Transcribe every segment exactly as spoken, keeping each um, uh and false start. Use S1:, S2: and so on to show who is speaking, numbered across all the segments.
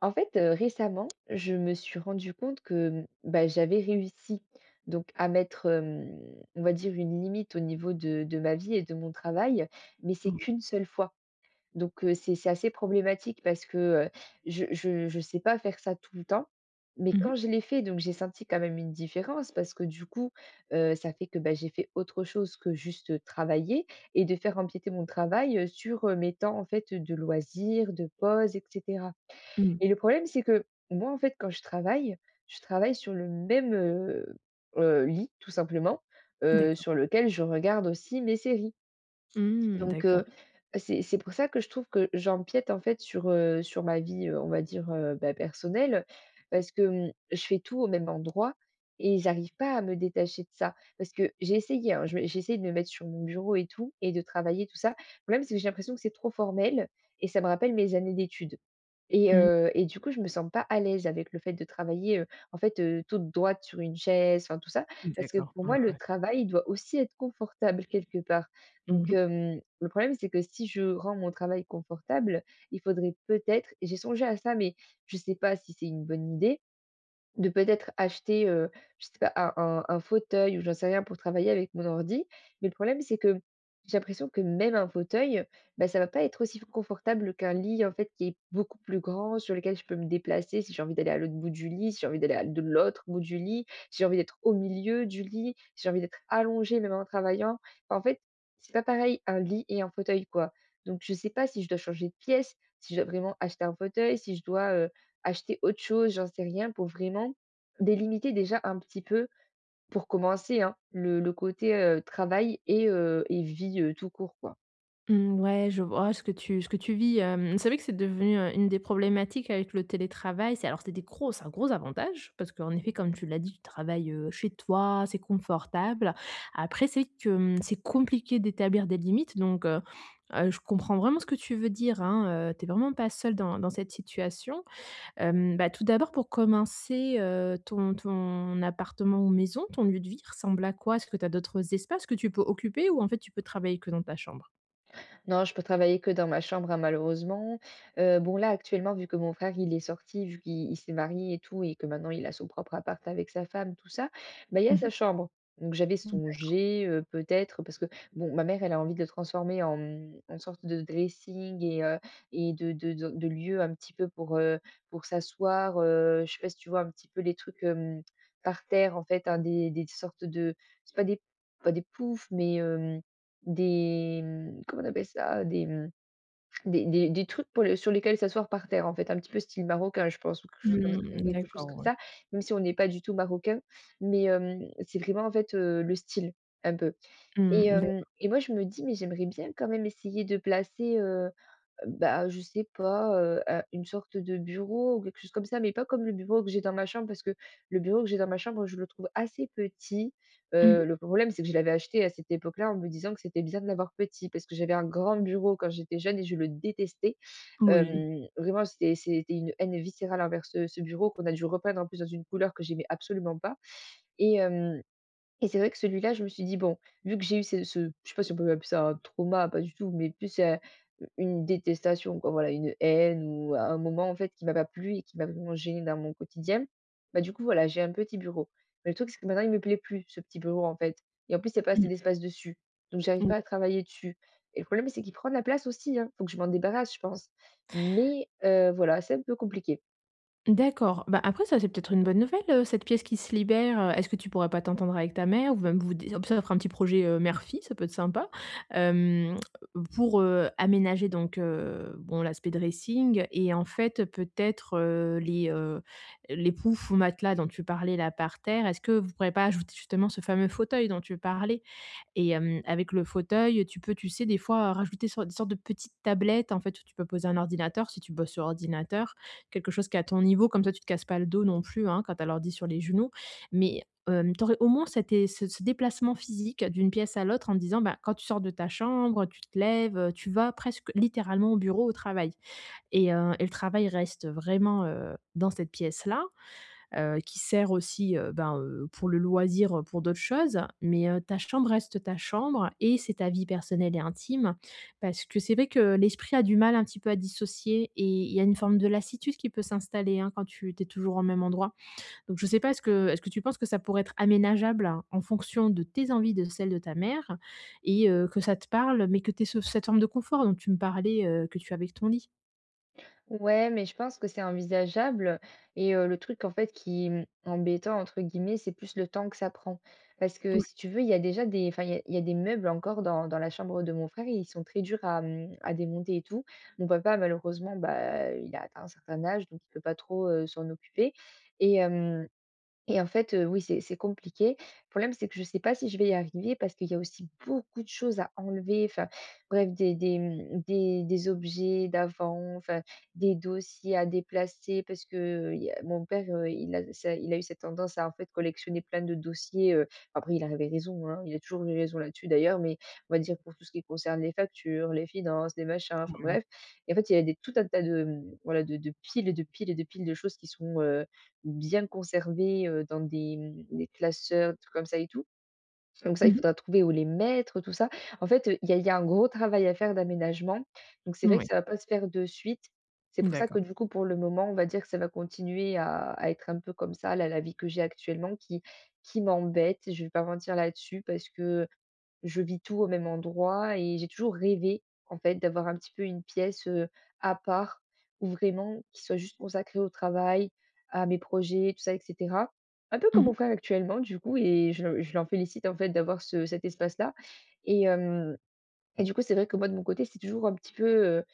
S1: En fait, heu, récemment, je me suis rendu compte que, mmh, bah, j'avais réussi donc à mettre, hem, on va dire une limite au niveau de de ma vie et de mon travail, mais c'est
S2: Ouais.
S1: qu'une seule fois. Donc heu, c'est c'est assez problématique parce que, heu, je je je sais pas faire ça tout le temps, mais
S2: Mmh mh.
S1: quand je l'ai fait, donc j'ai senti quand même une différence parce que du coup, heu, ça fait que, bah, j'ai fait autre chose que juste, travailler et de faire empiéter mon travail, heu, sur, heu, mes temps en fait, de loisirs, de pause et cetera. Et
S2: Mmh.
S1: le problème, c'est que moi, en fait, quand je travaille, je travaille sur le même, heu heu, lit, tout simplement, heu,
S2: D'accord.
S1: sur lequel je regarde aussi mes séries.
S2: Mmh,
S1: Donc
S2: d'accord.
S1: heu, c'est c'est pour ça que je trouve que j'empiète, en fait, sur, heu, sur ma vie, heu, on va dire, heu, bah, personnelle, parce que, mmh, je fais tout au même endroit et j'arrive pas à me détacher de ça. Parce que j'ai essayé, hein, je me j'ai essayé de me mettre sur mon bureau et tout et de travailler tout ça. Le problème, c'est que j'ai l'impression que c'est trop formel et ça me rappelle mes années d'études. Et
S2: Mmh.
S1: heu et du coup, je me sens pas à l'aise avec le fait de travailler, heu, en fait, heu, toute droite sur une chaise, enfin tout ça. Parce que
S2: D'accord.
S1: pour
S2: Ouais,
S1: moi, le
S2: ouais.
S1: travail, il doit aussi être confortable quelque part.
S2: Mmh
S1: Donc
S2: mh.
S1: hem, le problème, c'est que si je rends mon travail confortable, il faudrait peut-être et j'ai songé à ça, mais je sais pas si c'est une bonne idée, de peut-être acheter, heu, je sais pas, un un un fauteuil ou j'en sais rien pour travailler avec mon ordi. Mais le problème, c'est que j'ai l'impression que même un fauteuil, bah, ça va pas être aussi confortable qu'un lit, en fait, qui est beaucoup plus grand, sur lequel je peux me déplacer si j'ai envie d'aller à l'autre bout du lit, si j'ai envie d'aller à de l'autre bout du lit, si j'ai envie d'être au milieu du lit, si j'ai envie d'être allongée même en travaillant. Enfin, en fait, c'est pas pareil un lit et un fauteuil, quoi. Donc je sais pas si je dois changer de pièce, si je dois vraiment acheter un fauteuil, si je dois, heu acheter autre chose, j'en sais rien, pour vraiment délimiter déjà un petit peu, pour commencer, hein, le le côté, heu, travail et heu et vie, heu, tout court, quoi.
S2: Mmh, ouais, je vois ce que tu ce que tu vis. Hem, c'est vrai que c'est devenu heu, une des problématiques avec le télétravail. C'est alors c'est des gros c'est un gros avantage parce qu'en effet, comme tu l'as dit, tu travailles, heu, chez toi, c'est confortable. Après, c'est que, mmh, c'est compliqué d'établir des limites, donc heu heu, je comprends vraiment ce que tu veux dire, hein. Heu, tu es vraiment pas seule dans dans cette situation. Hem, bah, tout d'abord, pour commencer, heu, ton ton appartement ou maison, ton lieu de vie ressemble à quoi? Est-ce que tu as d'autres espaces que tu peux occuper ou en fait tu peux travailler que dans ta chambre?
S1: Non, je peux travailler que dans ma chambre, hein, malheureusement. Heu, bon, là, actuellement, vu que mon frère, il est sorti, vu qu'il il s'est marié et tout et que maintenant il a son propre appart avec sa femme, tout ça, bah, il y a
S2: Mmh
S1: sa
S2: mh.
S1: chambre. Donc j'avais songé, heu, peut-être parce que bon, ma mère, elle a envie de le transformer en, mmh, en sorte de dressing et heu et de de de de lieu un petit peu pour, heu, pour s'asseoir, heu, je sais pas si tu vois un petit peu les trucs, hem, par terre, en fait, hein, des des sortes de c'est pas des pas des poufs, mais hem, des, mmh, comment on appelle ça? Des, mmh, des des des trucs pour les sur lesquels s'asseoir par terre, en fait, un petit peu style marocain, je pense, ou quelque chose comme quelque chose comme
S2: D'accord. Mmh, ouais.
S1: ça, même si on n'est pas du tout marocain. Mais, hem, c'est vraiment, en fait, heu, le style, un peu. Et
S2: Mmh,
S1: hem
S2: d'ac
S1: et moi, je me dis: «Mais j'aimerais bien quand même essayer de placer, bah, je sais pas, heu, heu, une sorte de bureau ou quelque chose comme ça, mais pas comme le bureau que j'ai dans ma chambre parce que le bureau que j'ai dans ma chambre, je le trouve assez petit. Heu,
S2: mmh
S1: le problème, c'est que je l'avais acheté à cette époque-là en me disant que c'était bien de l'avoir petit parce que j'avais un grand bureau quand j'étais jeune et je le détestais.
S2: Oui.
S1: Hem, vraiment, c'était c'était une haine viscérale envers ce ce bureau qu'on a dû repeindre en plus dans une couleur que j'aimais absolument pas et hem et c'est vrai que celui-là, je me suis dit: «Bon, vu que j'ai eu ce ce» je sais pas si on peut appeler ça un trauma, pas du tout, mais plus, heu, une détestation quoi, voilà, une haine ou un moment en fait qui m'a pas plu et qui m'a vraiment gênée dans mon quotidien. Bah, du coup, voilà, j'ai un petit bureau. Mais le truc, c'est que maintenant, il me plaît plus ce petit bureau en fait et en plus, il y a pas assez
S2: Mmh.
S1: d'espace dessus, donc j'arrive
S2: Mmh.
S1: pas à travailler dessus et le problème, c'est qu'il prend de la place aussi, hein. Faut que je m'en débarrasse, je pense, mais heu, voilà, c'est un peu compliqué.
S2: D'accord. Bah, après ça, c'est peut-être une bonne nouvelle, heu, cette pièce qui se libère. Heu, est-ce que tu pourrais pas t'entendre avec ta mère? Ou même vous dé Ça fera un petit projet, heu, mère-fille, ça peut être sympa, hem, pour, heu, aménager donc, heu, bon, l'aspect dressing, et en fait peut-être, heu, les, heu, les poufs ou matelas dont tu parlais là par terre. Est-ce que vous pourrez pas ajouter justement ce fameux fauteuil dont tu parlais? Et hem, avec le fauteuil, tu peux, tu sais, des fois, rajouter sor des sortes de petites tablettes, en fait, où tu peux poser un ordinateur si tu bosses sur ordinateur. Quelque chose qui est à ton niveau, comme ça tu te casses pas le dos non plus, hein, quand tu as l'ordi sur les genoux. Mais, hem, tu aurais au moins cet é ce ce déplacement physique d'une pièce à l'autre, en te disant, bah, quand tu sors de ta chambre, tu te lèves, heu, tu vas presque littéralement au bureau, au travail. Et heu et le travail reste vraiment, heu, dans cette pièce-là, heu, qui sert aussi, heu, ben, heu, pour le loisir, heu, pour d'autres choses, mais, heu, ta chambre reste ta chambre et c'est ta vie personnelle et intime. Parce que c'est vrai que l'esprit a du mal un petit peu à dissocier, et il y a une forme de lassitude qui peut s'installer, hein, quand tu es toujours au même endroit. Donc je sais pas, est-ce que est-ce que tu penses que ça pourrait être aménageable, hein, en fonction de tes envies, de celles de ta mère, et heu, que ça te parle, mais que tu aies cette forme de confort dont tu me parlais, heu, que tu as avec ton lit?
S1: Ouais, mais je pense que c'est envisageable. Et euh, le truc, en fait, qui est embêtant, entre guillemets, c'est plus le temps que ça prend. Parce que
S2: Oui.
S1: si tu veux, il y a déjà des, enfin, il y a, il y a des meubles encore dans, dans la chambre de mon frère et ils sont très durs à, hum, à démonter et tout. Mon papa, malheureusement, bah, il a atteint un certain âge, donc il peut pas trop euh, s'en occuper. Et, et en fait, heu, oui, c'est c'est compliqué. Le problème, c'est que je ne sais pas si je vais y arriver parce qu'il y a aussi beaucoup de choses à enlever, enfin, bref, des des, mmh, des des objets d'avant, enfin, des dossiers à déplacer parce que euh, il y a mon père, heu, il a ça il a eu cette tendance à, en fait, collectionner plein de dossiers, heu, après il avait raison, hein, il a toujours eu raison là-dessus d'ailleurs, mais on va dire pour tout ce qui concerne les factures, les finances, les machins, enfin
S2: Ouais.
S1: bref. Et en fait, il y a des tout un tas de, mmh, voilà, de de piles et de piles et de piles de choses qui sont, bien conservés, heu, dans des, mmh, des classeurs, des trucs comme ça et tout. Donc ça, il
S2: Mmh mh.
S1: faudra trouver où les mettre, tout ça. En fait, heu, il y a il y a un gros travail à faire d'aménagement. Donc c'est vrai que ça va pas se faire de suite. C'est pour ça que
S2: D'accord.
S1: du coup, pour le moment, on va dire que ça va continuer à à être un peu comme ça, là, la vie que j'ai actuellement qui qui m'embête, je vais pas mentir là-dessus parce que je vis tout au même endroit et j'ai toujours rêvé, en fait, d'avoir un petit peu une pièce, heu, à part ou vraiment qui soit juste consacrée au travail, à mes projets, tout ça et cetera. Un peu comme
S2: Mmh
S1: mon
S2: mh.
S1: frère actuellement du coup et je je l'en félicite, en fait, d'avoir ce cet espace-là et hem et du coup, c'est vrai que moi, de mon côté, c'est toujours un petit peu, heu,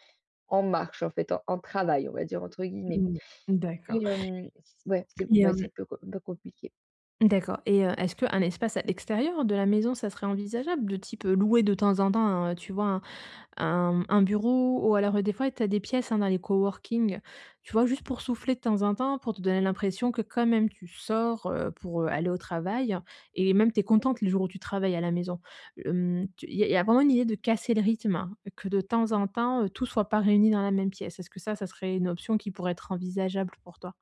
S1: en marche, en fait, en en «travail», on va dire, entre guillemets
S2: Mmh, d'accord.
S1: et hem, c ouais, c'est ouais, c'est un peu co- un peu compliqué.
S2: D'accord. Et heu, est-ce qu'un espace à l'extérieur de la maison, ça serait envisageable? De type, heu, louer de temps en temps un, tu vois, un un un bureau? Ou alors, heu, des fois tu as des pièces, hein, dans les coworking, tu vois? Juste pour souffler de temps en temps, pour te donner l'impression que quand même tu sors, heu, pour, heu, aller au travail, et même tu es contente les jours où tu travailles à la maison. Il y a y a vraiment une idée de casser le rythme, hein, que de temps en temps, heu, tout soit pas réuni dans la même pièce. Est-ce que ça, ça serait une option qui pourrait être envisageable pour toi?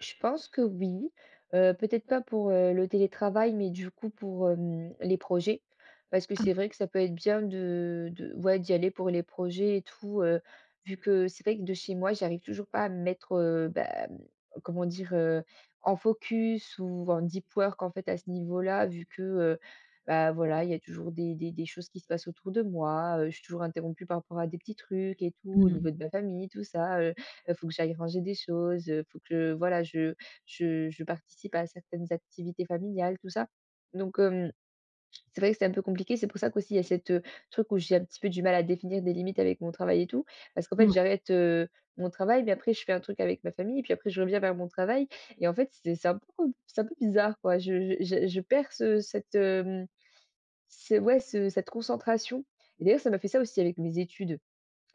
S1: Je pense que oui, heu, peut-être pas pour, heu, le télétravail, mais du coup pour, hem, les projets. Parce que
S2: Ah.
S1: c'est vrai que ça peut être bien de de ouais, d'y aller pour les projets et tout, heu, vu que c'est vrai que de chez moi, j'arrive toujours pas à me mettre, heu, bah, mmh, comment dire? Heu, en focus ou en deep work en fait à ce niveau-là, vu que, heu, bah, voilà, il y a toujours des des des choses qui se passent autour de moi, heu, je suis toujours interrompue par rapport à des petits trucs et tout, au
S2: Mmh.
S1: niveau de ma famille, tout ça, heu, faut que j'aille ranger des choses, heu, faut que voilà, je je je participe à certaines activités familiales, tout ça. Donc hem, c'est vrai que c'est un peu compliqué. C'est pour ça qu'aussi il y a cette, heu, truc où j'ai un petit peu du mal à définir des limites avec mon travail et tout. Parce qu'en fait,
S2: Ouais,
S1: j'arrête, heu, mon travail, mais après je fais un truc avec ma famille, puis après je reviens vers mon travail et en fait, c'est c'est un peu c'est un peu bizarre, quoi. Je je je je perds ce cette, hem, ce ouais, ce cette concentration et d'ailleurs, ça m'a fait ça aussi avec mes études.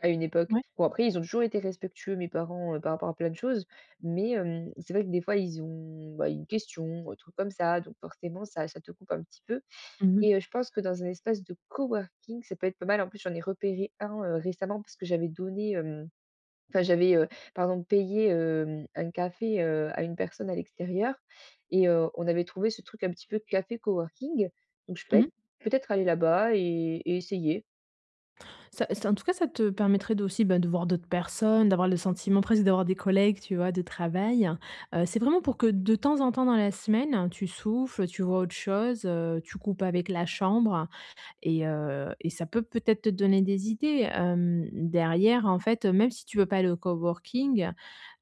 S1: À une époque.
S2: ouais.
S1: Bon après, ils ont toujours été respectueux, mes parents, heu, par rapport à plein de choses, mais hem, c'est vrai que des fois, ils ont, bah, une question, un truc comme ça, donc forcément, ça ça te coupe un petit peu
S2: Mmh.
S1: et heu, je pense que dans un espace de coworking, ça peut être pas mal. En plus, j'en ai repéré un, heu, récemment parce que j'avais donné, hem, enfin, j'avais, heu, pardon, payé, hem, un café, heu, à une personne à l'extérieur et heu, on avait trouvé ce truc un petit peu café coworking, donc je peux être
S2: Mmh.
S1: peut-être aller là-bas et et essayer.
S2: Ça, ça en tout cas, ça te permettrait de aussi, bah, de voir d'autres personnes, d'avoir le sentiment presque d'avoir des collègues, tu vois, de travail. Heu, c'est vraiment pour que de temps en temps dans la semaine, hein, tu souffles, tu vois autre chose, heu, tu coupes avec la chambre, et heu et ça peut peut-être te donner des idées. Hem, derrière, en fait, même si tu veux pas aller au coworking,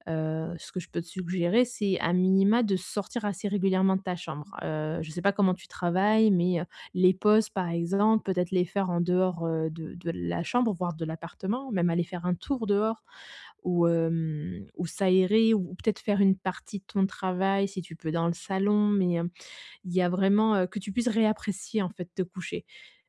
S2: Heu, ce que je peux te suggérer, c'est à minima de sortir assez régulièrement de ta chambre. Heu, je ne sais pas comment tu travailles, mais, heu, les pauses par exemple, peut-être les faire en dehors, heu, de de la chambre, voire de l'appartement, même aller faire un tour dehors, ou, hem, ou s'aérer, ou peut-être faire une partie de ton travail si tu peux dans le salon, mais, hem, il y a vraiment, heu, que tu puisses réapprécier en fait te coucher.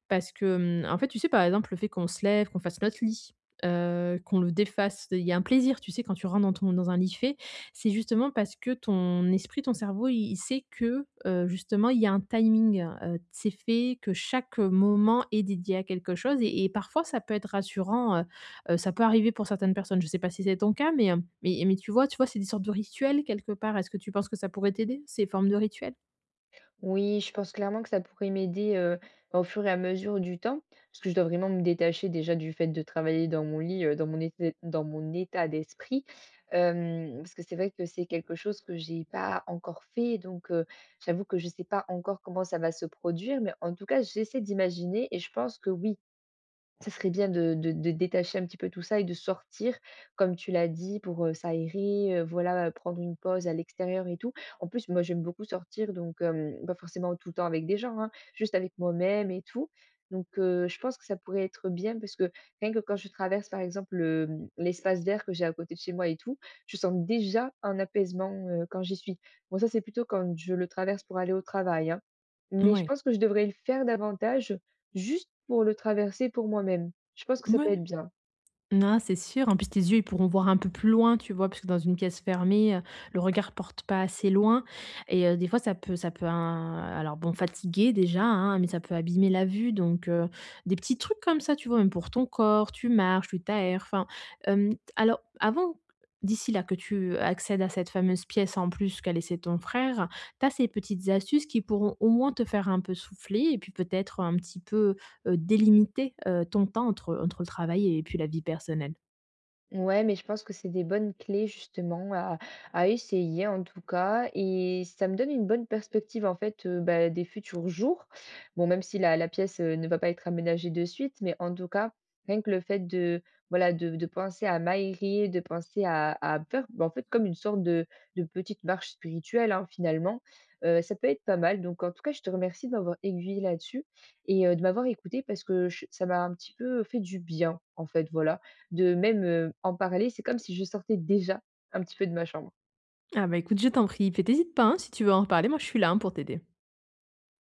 S2: Parce que, mmh, en fait, tu sais, par exemple, le fait qu'on se lève, qu'on fasse notre lit, heu, qu'on le défasse, il y a un plaisir, tu sais, quand tu rentres dans ton dans un lit fait. C'est justement parce que ton esprit, ton cerveau, il il sait que, heu, justement, il y a un timing, heu, c'est fait, que chaque moment est dédié à quelque chose, et et parfois ça peut être rassurant. Heu heu, ça peut arriver pour certaines personnes. Je sais pas si c'est ton cas, mais, hem, mais mais tu vois, tu vois, c'est des sortes de rituels quelque part. Est-ce que tu penses que ça pourrait t'aider, ces formes de rituels?
S1: Oui, je pense clairement que ça pourrait m'aider, heu, au fur et à mesure du temps, parce que je dois vraiment me détacher déjà du fait de travailler dans mon lit, heu, dans mon été dans mon état d'esprit. Hem, parce que c'est vrai que c'est quelque chose que j'ai pas encore fait, donc heu, j'avoue que je sais pas encore comment ça va se produire, mais en tout cas, j'essaie d'imaginer et je pense que oui, ça serait bien de de de détacher un petit peu tout ça et de sortir, comme tu l'as dit, pour, heu, s'aérer, heu, voilà, prendre une pause à l'extérieur et tout. En plus, moi, j'aime beaucoup sortir, donc hem, pas forcément tout le temps avec des gens, hein, juste avec moi-même et tout. Donc heu, je pense que ça pourrait être bien parce que rien que quand je traverse, par exemple, le, mmh, l'espace vert que j'ai à côté de chez moi et tout, je sens déjà un apaisement, heu, quand j'y suis. Bon, ça, c'est plutôt quand je le traverse pour aller au travail, hein, mais je
S2: Ouais.
S1: pense que je devrais le faire davantage. Juste pour le traverser pour moi-même. Je pense que ça peut être
S2: Ouais.
S1: bien.
S2: Non, c'est sûr. En plus, tes yeux, ils pourront voir un peu plus loin, tu vois? Parce que dans une pièce fermée, heu, le regard porte pas assez loin, et heu, des fois, ça peut ça peut un, alors bon, fatiguer déjà, hein, mais ça peut abîmer la vue, donc heu, des petits trucs comme ça, tu vois? Même pour ton corps, tu marches, tu t'aères, enfin, hem, alors avant, d'ici là que tu accèdes à cette fameuse pièce en plus qu'a laissé ton frère, tu as ces petites astuces qui pourront au moins te faire un peu souffler, et puis peut-être un petit peu heu, délimiter, heu, ton temps entre entre le travail et puis la vie personnelle?
S1: Ouais, mais je pense que c'est des bonnes clés justement à, à essayer en tout cas. Et ça me donne une bonne perspective en fait euh, bah, des futurs jours. Bon, même si la, la pièce euh, ne va pas être aménagée de suite, mais en tout cas, rien que le fait de, voilà, de, de penser à m'aérer, de penser à, à faire bah, en fait comme une sorte de, de petite marche spirituelle hein, finalement, euh, ça peut être pas mal. Donc en tout cas, je te remercie de m'avoir aiguillée là-dessus et euh, de m'avoir écoutée parce que je- ça m'a un petit peu fait du bien en fait, voilà de même, heu, en parler. C'est comme si je sortais déjà un petit peu de ma chambre.
S2: Ah bah, écoute, je t'en prie, puis tu pas, hein, si tu veux en reparler, moi je suis là, hein, pour t'aider.